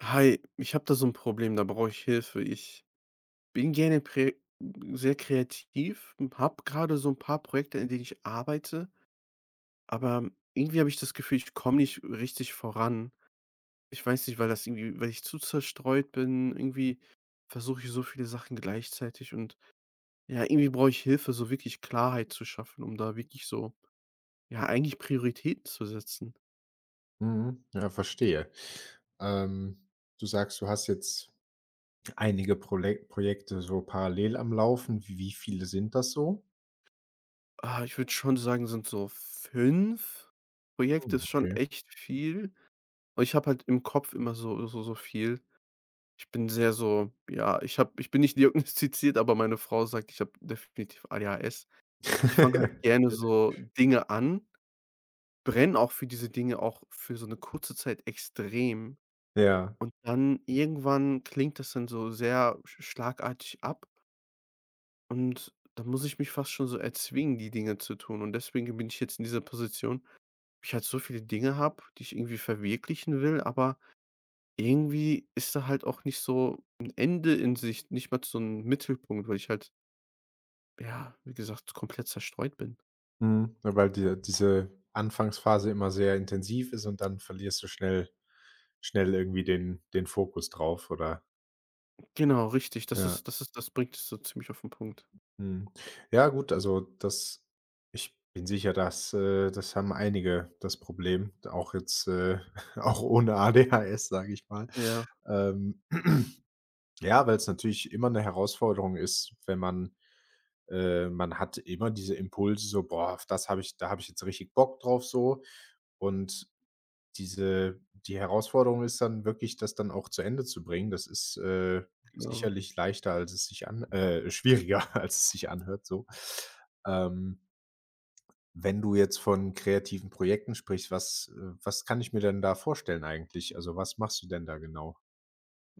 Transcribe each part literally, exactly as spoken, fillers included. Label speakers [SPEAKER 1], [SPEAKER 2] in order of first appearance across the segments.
[SPEAKER 1] Hi, ich habe da so ein Problem, da brauche ich Hilfe. Ich bin gerne prä sehr kreativ, habe gerade so ein paar Projekte, in denen ich arbeite, aber irgendwie habe ich das Gefühl, ich komme nicht richtig voran. Ich weiß nicht, weil das irgendwie, weil ich zu zerstreut bin, irgendwie versuche ich so viele Sachen gleichzeitig und ja, irgendwie brauche ich Hilfe, so wirklich Klarheit zu schaffen, um da wirklich so ja, eigentlich Prioritäten zu setzen.
[SPEAKER 2] Mhm. Ja, verstehe. Ähm, Du sagst, du hast jetzt einige Prole Projekte so parallel am Laufen. Wie wie viele sind das so?
[SPEAKER 1] Ah, ich würde schon sagen, sind so fünf Projekte,
[SPEAKER 2] Hm,
[SPEAKER 1] ist schon
[SPEAKER 2] okay.
[SPEAKER 1] echt viel. Und ich habe halt im Kopf immer so so so viel. Ich bin sehr so ja, ich habe ich bin nicht diagnostiziert, aber meine Frau sagt, ich habe definitiv A D H S. Ich fange halt gerne
[SPEAKER 2] Okay.
[SPEAKER 1] so Dinge an, brenne auch für diese Dinge, auch für so eine kurze Zeit extrem,
[SPEAKER 2] Ja,
[SPEAKER 1] und dann irgendwann klingt das dann so sehr sch schlagartig ab und dann muss ich mich fast schon so erzwingen, die Dinge zu tun, und deswegen bin ich jetzt in dieser Position, wo ich halt so viele Dinge habe, die ich irgendwie verwirklichen will, aber irgendwie ist da halt auch nicht so ein Ende in Sicht, nicht mal so ein Mittelpunkt, weil ich halt, ja, wie gesagt, komplett zerstreut bin.
[SPEAKER 2] mhm. Ja, weil dir diese Anfangsphase immer sehr intensiv ist und dann verlierst du schnell schnell irgendwie den den Fokus drauf, oder?
[SPEAKER 1] Genau, richtig, das
[SPEAKER 2] Ja.
[SPEAKER 1] ist das ist das bringt es so ziemlich auf den Punkt.
[SPEAKER 2] Mhm. Ja gut, also das ich bin sicher, dass äh, das haben einige das Problem, auch jetzt, äh, auch ohne A D H S, sage ich mal.
[SPEAKER 1] Ja,
[SPEAKER 2] Ähm, ja, weil es natürlich immer eine Herausforderung ist, wenn man äh, man hat immer diese Impulse so: „Boah, auf das habe ich da habe ich jetzt richtig Bock drauf so.“ Und diese die Herausforderung ist dann wirklich, das dann auch zu Ende zu bringen. Das ist, äh,
[SPEAKER 1] genau.
[SPEAKER 2] sicherlich leichter, als es sich an äh, schwieriger, als es sich anhört so. Ähm, Wenn du jetzt von kreativen Projekten sprichst, was äh, was kann ich mir denn da vorstellen eigentlich? Also, was machst du denn da genau?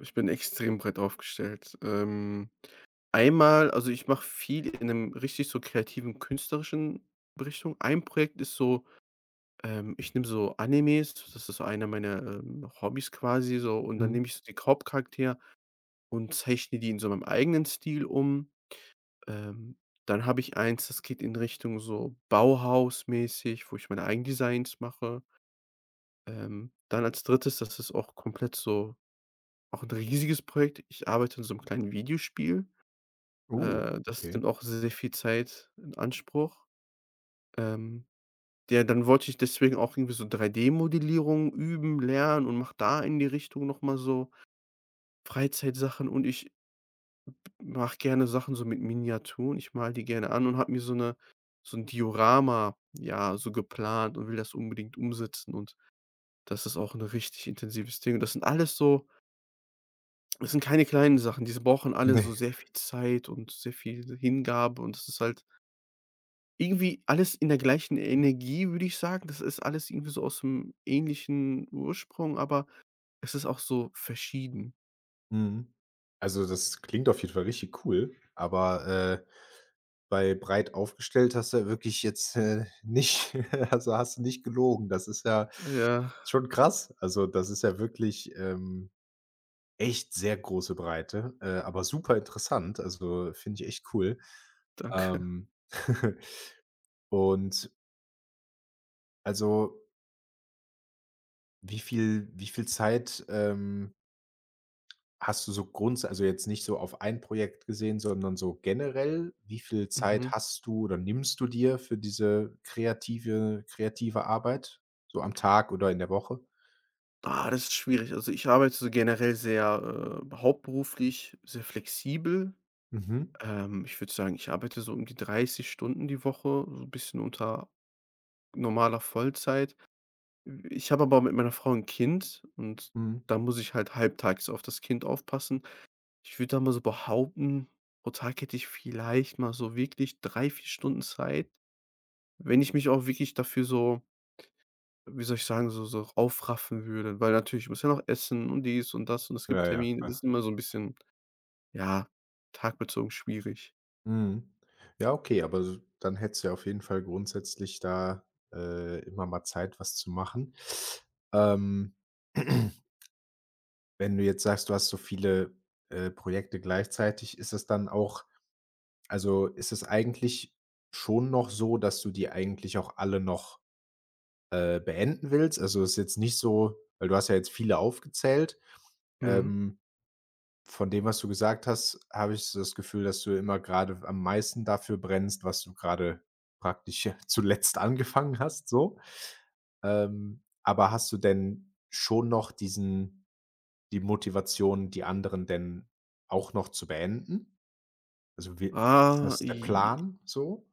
[SPEAKER 1] Ich bin extrem breit aufgestellt. Ähm, einmal, also, ich mache viel in einem richtig so kreativen, künstlerischen Richtung. Ein Projekt ist so, ähm, ich nehme so Animes, das ist so einer meiner, ähm, Hobbys quasi, so, und dann
[SPEAKER 2] Mhm.
[SPEAKER 1] nehme ich so die Hauptcharaktere und zeichne die in so meinem eigenen Stil um. Ähm, Dann habe ich eins, das geht in Richtung so Bauhausmäßig, wo ich meine Eigendesigns mache. Ähm, dann als drittes., das ist auch komplett so auch ein riesiges Projekt. Ich arbeite an so einem kleinen Videospiel.
[SPEAKER 2] Oh,
[SPEAKER 1] Äh, das
[SPEAKER 2] okay.
[SPEAKER 1] nimmt auch sehr, sehr viel Zeit in Anspruch. Ähm, ja, dann wollte ich deswegen auch irgendwie so drei D-Modellierung üben, lernen und mache da in die Richtung noch mal so Freizeitsachen, und ich mache gerne Sachen so mit Miniaturen. Ich male die gerne an und habe mir so eine, so 'n Diorama, ja, so geplant und will das unbedingt umsetzen, und das ist auch 'n richtig intensives Ding. Das sind alles so, das sind keine kleinen Sachen. Diese brauchen alle
[SPEAKER 2] Ne.
[SPEAKER 1] so sehr viel Zeit und sehr viel Hingabe, und das ist halt irgendwie alles in der gleichen Energie, würde ich sagen. Das ist alles irgendwie so aus'm ähnlichen Ursprung, aber es ist auch so verschieden.
[SPEAKER 2] Mhm. Also, das klingt auf jeden Fall richtig cool, aber, äh bei breit aufgestellt hast du ja wirklich jetzt, äh, nicht also, hast du nicht gelogen. Das ist ja
[SPEAKER 1] Ja,
[SPEAKER 2] schon krass. Also, das ist ja wirklich, ähm, echt sehr große Breite, äh, aber super interessant. Also, finde ich echt cool.
[SPEAKER 1] danke.
[SPEAKER 2] Ähm, und also, wie viel wie viel Zeit, ähm hast du so grunds also jetzt nicht so auf ein Projekt gesehen, sondern so generell, wie viel Zeit
[SPEAKER 1] Mhm.
[SPEAKER 2] hast du oder nimmst du dir für diese kreative kreative Arbeit, so am Tag oder in der Woche?
[SPEAKER 1] Ah, das ist schwierig. Also, ich arbeite so generell sehr, äh, hauptberuflich sehr flexibel.
[SPEAKER 2] Mhm,
[SPEAKER 1] Ähm, ich würde sagen, ich arbeite so um die dreißig Stunden die Woche, so 'n bisschen unter normaler Vollzeit. Äh, ich habe aber mit meiner Frau ein Kind und
[SPEAKER 2] mhm.
[SPEAKER 1] da muss ich halt halbtags auf das Kind aufpassen. Ich würde da mal so behaupten, pro Tag hätte ich vielleicht mal so wirklich drei, vier Stunden Zeit, wenn ich mich auch wirklich dafür so, wie soll ich sagen, so so aufraffen würde, weil natürlich, ich muss ja noch essen und dies und das, und es
[SPEAKER 2] Ja,
[SPEAKER 1] gibt
[SPEAKER 2] ja,
[SPEAKER 1] Termine. Das
[SPEAKER 2] klar.
[SPEAKER 1] ist immer so ein bisschen, ja, tagbezogen schwierig.
[SPEAKER 2] Mhm. Ja, okay, aber s dann hättest du ja auf jeden Fall grundsätzlich da, äh, immer mal Zeit, was zu machen. Ähm, wenn du jetzt sagst, du hast so viele, äh, Projekte gleichzeitig, ist das dann auch also, ist es eigentlich schon noch so, dass du die eigentlich auch alle noch, äh, beenden willst? Also, ist jetzt nicht so weil du hast ja jetzt viele aufgezählt.
[SPEAKER 1] Mhm.
[SPEAKER 2] Ähm, von dem, was du gesagt hast, habe ich so das Gefühl, dass du immer gerade am meisten dafür brennst, was du gerade praktisch zuletzt angefangen hast, so. Ähm, aber hast du denn schon noch diesen die Motivation, die anderen denn auch noch zu beenden? Also, wie ist
[SPEAKER 1] Ah,
[SPEAKER 2] das der
[SPEAKER 1] j
[SPEAKER 2] Plan so?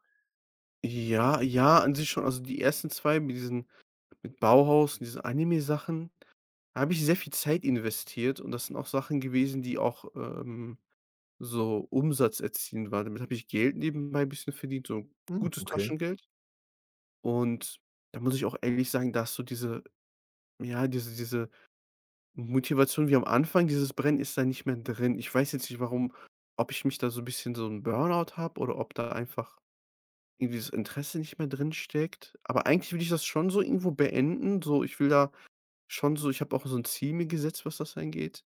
[SPEAKER 1] Ja, ja, an sich schon. Also, die ersten zwei mit diesen, mit Bauhaus und diesen Anime-Sachen, da habe ich sehr viel Zeit investiert, und das sind auch Sachen gewesen, die auch, ähm, so umsatzerzielend waren. Damit habe ich Geld nebenbei ein bisschen verdient, so
[SPEAKER 2] Hm,
[SPEAKER 1] gutes
[SPEAKER 2] okay.
[SPEAKER 1] Taschengeld. Und da muss ich auch ehrlich sagen, dass so diese ja, diese diese Motivation wie am Anfang, dieses Brennen ist da nicht mehr drin. Ich weiß jetzt nicht, warum, ob ich mich da so ein bisschen, so ein Burnout habe, oder ob da einfach irgendwie das Interesse nicht mehr drin steckt. Aber eigentlich will ich das schon so irgendwo beenden. So, ich will da schon so, ich habe auch so ein Ziel mir gesetzt, was das angeht.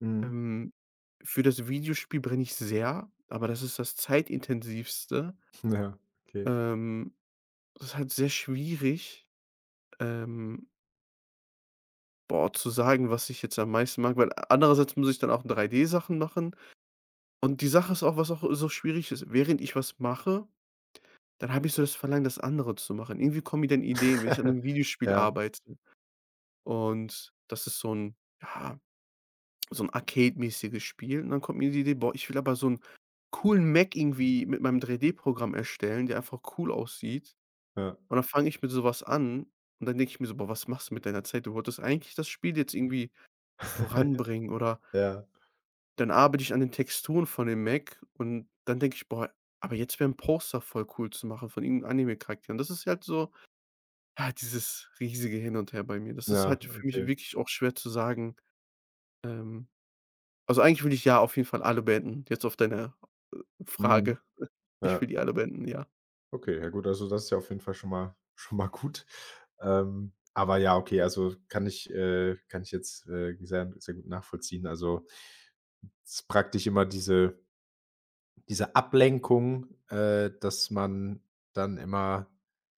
[SPEAKER 2] Mhm.
[SPEAKER 1] Ähm, für das Videospiel brenne ich sehr, aber das ist das zeitintensivste.
[SPEAKER 2] Ja, okay.
[SPEAKER 1] Ähm, Das ist halt sehr schwierig, ähm, boah, zu sagen, was ich jetzt am meisten mag, weil andererseits muss ich dann auch drei D-Sachen machen. Und die Sache ist auch, was auch so schwierig ist, während ich was mache, dann habe ich so das Verlangen, das andere zu machen. Irgendwie kommen mir dann Ideen, wenn ich an einem Videospiel
[SPEAKER 2] Ja,
[SPEAKER 1] arbeite und das ist so 'n ja, so 'n Arcade-mäßiges Spiel, und dann kommt mir die Idee: „Boah, ich will aber so 'n coolen Mech irgendwie mit meinem drei D-Programm erstellen, der einfach cool aussieht.“
[SPEAKER 2] ja.
[SPEAKER 1] Und dann fange ich mit so was an, und dann denke ich mir so: „Boah, was machst du mit deiner Zeit? Du wolltest eigentlich das Spiel jetzt irgendwie voranbringen, oder?“
[SPEAKER 2] Ja,
[SPEAKER 1] Dann arbeite ich an den Texturen von dem Mac und dann denke ich: „Boah, aber jetzt wäre 'n Poster voll cool zu machen von irgend 'nem Anime-Charakter.“ Und das ist halt so, ja, dieses riesige Hin und Her bei mir. Das ist
[SPEAKER 2] ja,
[SPEAKER 1] halt für mich
[SPEAKER 2] okay.
[SPEAKER 1] wirklich auch schwer zu sagen, ähm also, eigentlich will ich ja auf jeden Fall alle beenden, jetzt auf deine
[SPEAKER 2] Mhm.
[SPEAKER 1] Frage. Ich
[SPEAKER 2] Ja,
[SPEAKER 1] will die alle beenden, ja.
[SPEAKER 2] okay. Ja gut, also das ist ja auf jeden Fall schon mal schon mal gut. Ähm, aber ja, okay, also kann ich äh, kann ich jetzt, äh, sehr sehr gut nachvollziehen. Also, es ist praktisch immer diese diese Ablenkung, äh, dass man dann immer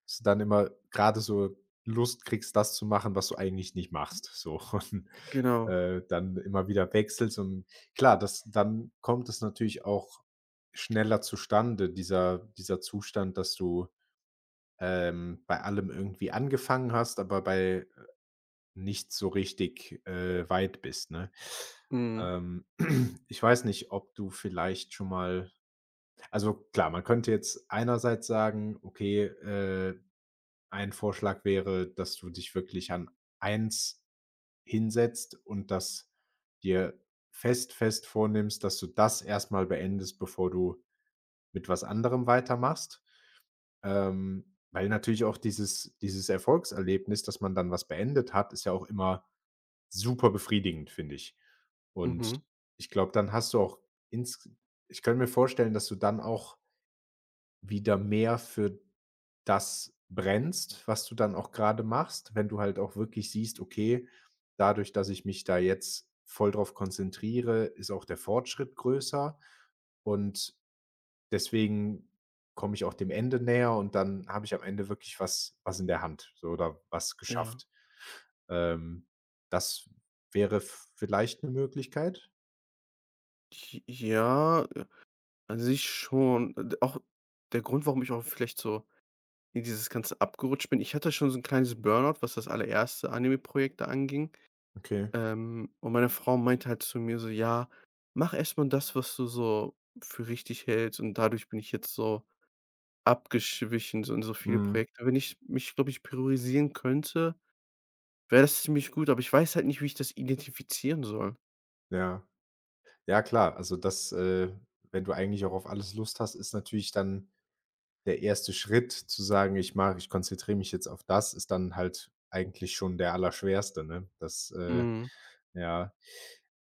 [SPEAKER 2] dass du dann immer gerade so Lust kriegst, das zu machen, was du eigentlich nicht machst, so und,
[SPEAKER 1] Genau.
[SPEAKER 2] äh, dann immer wieder wechselst und klar, das dann kommt es natürlich auch schneller zustande, dieser dieser Zustand, dass du, ähm, bei allem irgendwie angefangen hast, aber bei nichts so richtig, äh, weit bist, ne?
[SPEAKER 1] Mhm.
[SPEAKER 2] Ähm, ich weiß nicht, ob du vielleicht schon mal also klar, man könnte jetzt einerseits sagen, okay, äh, ein Vorschlag wäre, dass du dich wirklich an eins hinsetzt und das dir fest, fest vornimmst, dass du das erst mal beendest, bevor du mit was anderem weitermachst. Ähm, weil natürlich auch dieses dieses Erfolgserlebnis, dass man dann was beendet hat, ist ja auch immer super befriedigend, finde ich. Und
[SPEAKER 1] Mhm.
[SPEAKER 2] ich glaube, dann hast du auch ins ich könnte mir vorstellen, dass du dann auch wieder mehr für das brennst, was du dann auch gerade machst, wenn du halt auch wirklich siehst: „Okay, dadurch, dass ich mich da jetzt voll drauf konzentriere, ist auch der Fortschritt größer und deswegen komme ich auch dem Ende näher und dann habe ich am Ende wirklich was was in der Hand, so oder was
[SPEAKER 1] Ja.
[SPEAKER 2] geschafft.“ Ähm, Das wäre v vielleicht eine Möglichkeit.
[SPEAKER 1] J Ja, äh, an sich schon. Äh, D Auch der Grund, warum ich auch vielleicht so in dieses Ganze abgerutscht bin. Ich hatte schon so ein kleines Burnout, was das allererste Anime-Projekt da anging.
[SPEAKER 2] Okay.
[SPEAKER 1] Ähm, und meine Frau meinte halt zu mir so: „Ja, mach erstmal das, was du so für richtig hältst.“ Und dadurch bin ich jetzt so abgeschwichen, so in so viele
[SPEAKER 2] Mhm.
[SPEAKER 1] Projekte. Wenn ich mich, glaube ich, priorisieren könnte, wäre das ziemlich gut, aber ich weiß halt nicht, wie ich das identifizieren soll.
[SPEAKER 2] Ja. Ja klar, also das, äh wenn du eigentlich auch auf alles Lust hast, ist natürlich dann der erste Schritt zu sagen: „Ich mache Ich konzentriere mich jetzt auf das“, ist dann halt eigentlich schon der Allerschwerste, ne? Das, äh
[SPEAKER 1] Mhm.
[SPEAKER 2] ja.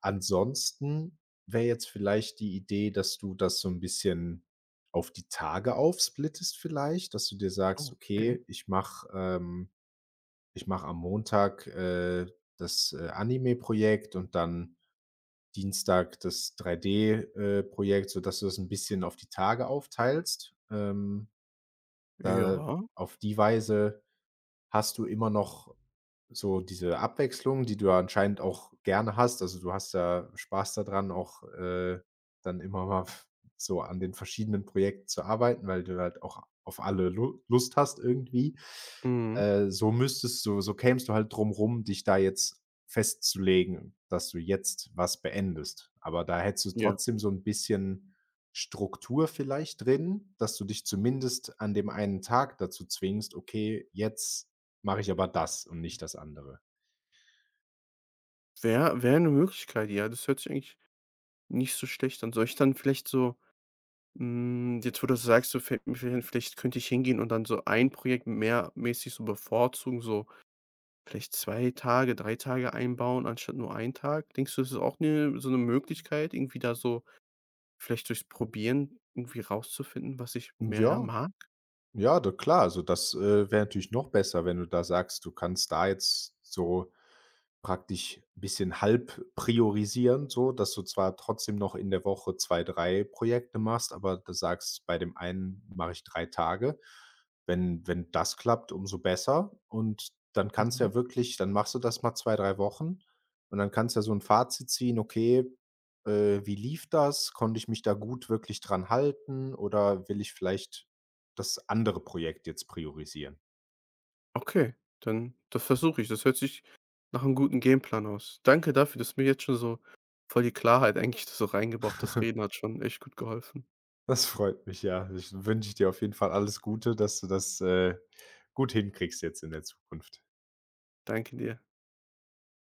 [SPEAKER 2] Ansonsten wäre jetzt vielleicht die Idee, dass du das so ein bisschen auf die Tage aufsplittest vielleicht, dass du dir sagst:
[SPEAKER 1] Oh, okay.
[SPEAKER 2] „Okay, ich mache ähm, ich mache am Montag, äh, das, äh, Anime-Projekt und dann Dienstag das drei D, äh, Projekt“, sodass du das ein bisschen auf die Tage aufteilst. Ähm da
[SPEAKER 1] Ja.
[SPEAKER 2] auf die Weise hast du immer noch so diese Abwechslung, die du ja anscheinend auch gerne hast? Also, du hast ja Spaß daran, auch, äh, dann immer mal f so an den verschiedenen Projekten zu arbeiten, weil du halt auch auf alle Lu Lust hast irgendwie.
[SPEAKER 1] Mhm.
[SPEAKER 2] Äh, so müsstest du so kämst du halt drum rum, dich da jetzt festzulegen, dass du jetzt was beendest. Aber da hättest du
[SPEAKER 1] Ja.
[SPEAKER 2] trotzdem so ein bisschen Struktur vielleicht drin, dass du dich zumindest an dem einen Tag dazu zwingst: „Okay, jetzt mache ich aber das und nicht das andere.
[SPEAKER 1] Wäre wäre eine Möglichkeit, ja. Das hört sich eigentlich nicht so schlecht an. Soll ich dann vielleicht so, hm, jetzt, wo du das sagst, so fällt mir vielleicht vielleicht könnte ich hingehen und dann so ein Projekt mehr mäßig so bevorzugen, so vielleicht zwei Tage, drei Tage einbauen anstatt nur einen Tag. Denkst du, das ist auch eine, so eine Möglichkeit, irgendwie da so vielleicht durchs Probieren irgendwie rauszufinden, was ich mehr
[SPEAKER 2] Ja,
[SPEAKER 1] mag?
[SPEAKER 2] ja, da klar, also das, äh, wäre natürlich noch besser, wenn du da sagst, du kannst da jetzt so praktisch ein bisschen halb priorisieren, so, dass du zwar trotzdem noch in der Woche zwei drei Projekte machst, aber du sagst, bei dem einen mache ich drei Tage. Wenn wenn das klappt, umso besser und dann kannst du
[SPEAKER 1] Mhm.
[SPEAKER 2] ja wirklich dann machst du das mal zwei drei Wochen und dann kannst du ja so ein Fazit ziehen: „Okay, äh, wie lief das? Konnte ich mich da gut wirklich dran halten oder will ich vielleicht das andere Projekt jetzt priorisieren.“
[SPEAKER 1] Okay, dann das versuche ich. Das hört sich nach einem guten Gameplan aus. Danke dafür, dass mir jetzt schon so voll die Klarheit eigentlich so reingebracht. Das Reden hat schon echt gut geholfen.
[SPEAKER 2] Das freut mich, ja. Ich wünsche dir auf jeden Fall alles Gute, dass du das, äh, gut hinkriegst jetzt in der Zukunft.
[SPEAKER 1] Danke dir.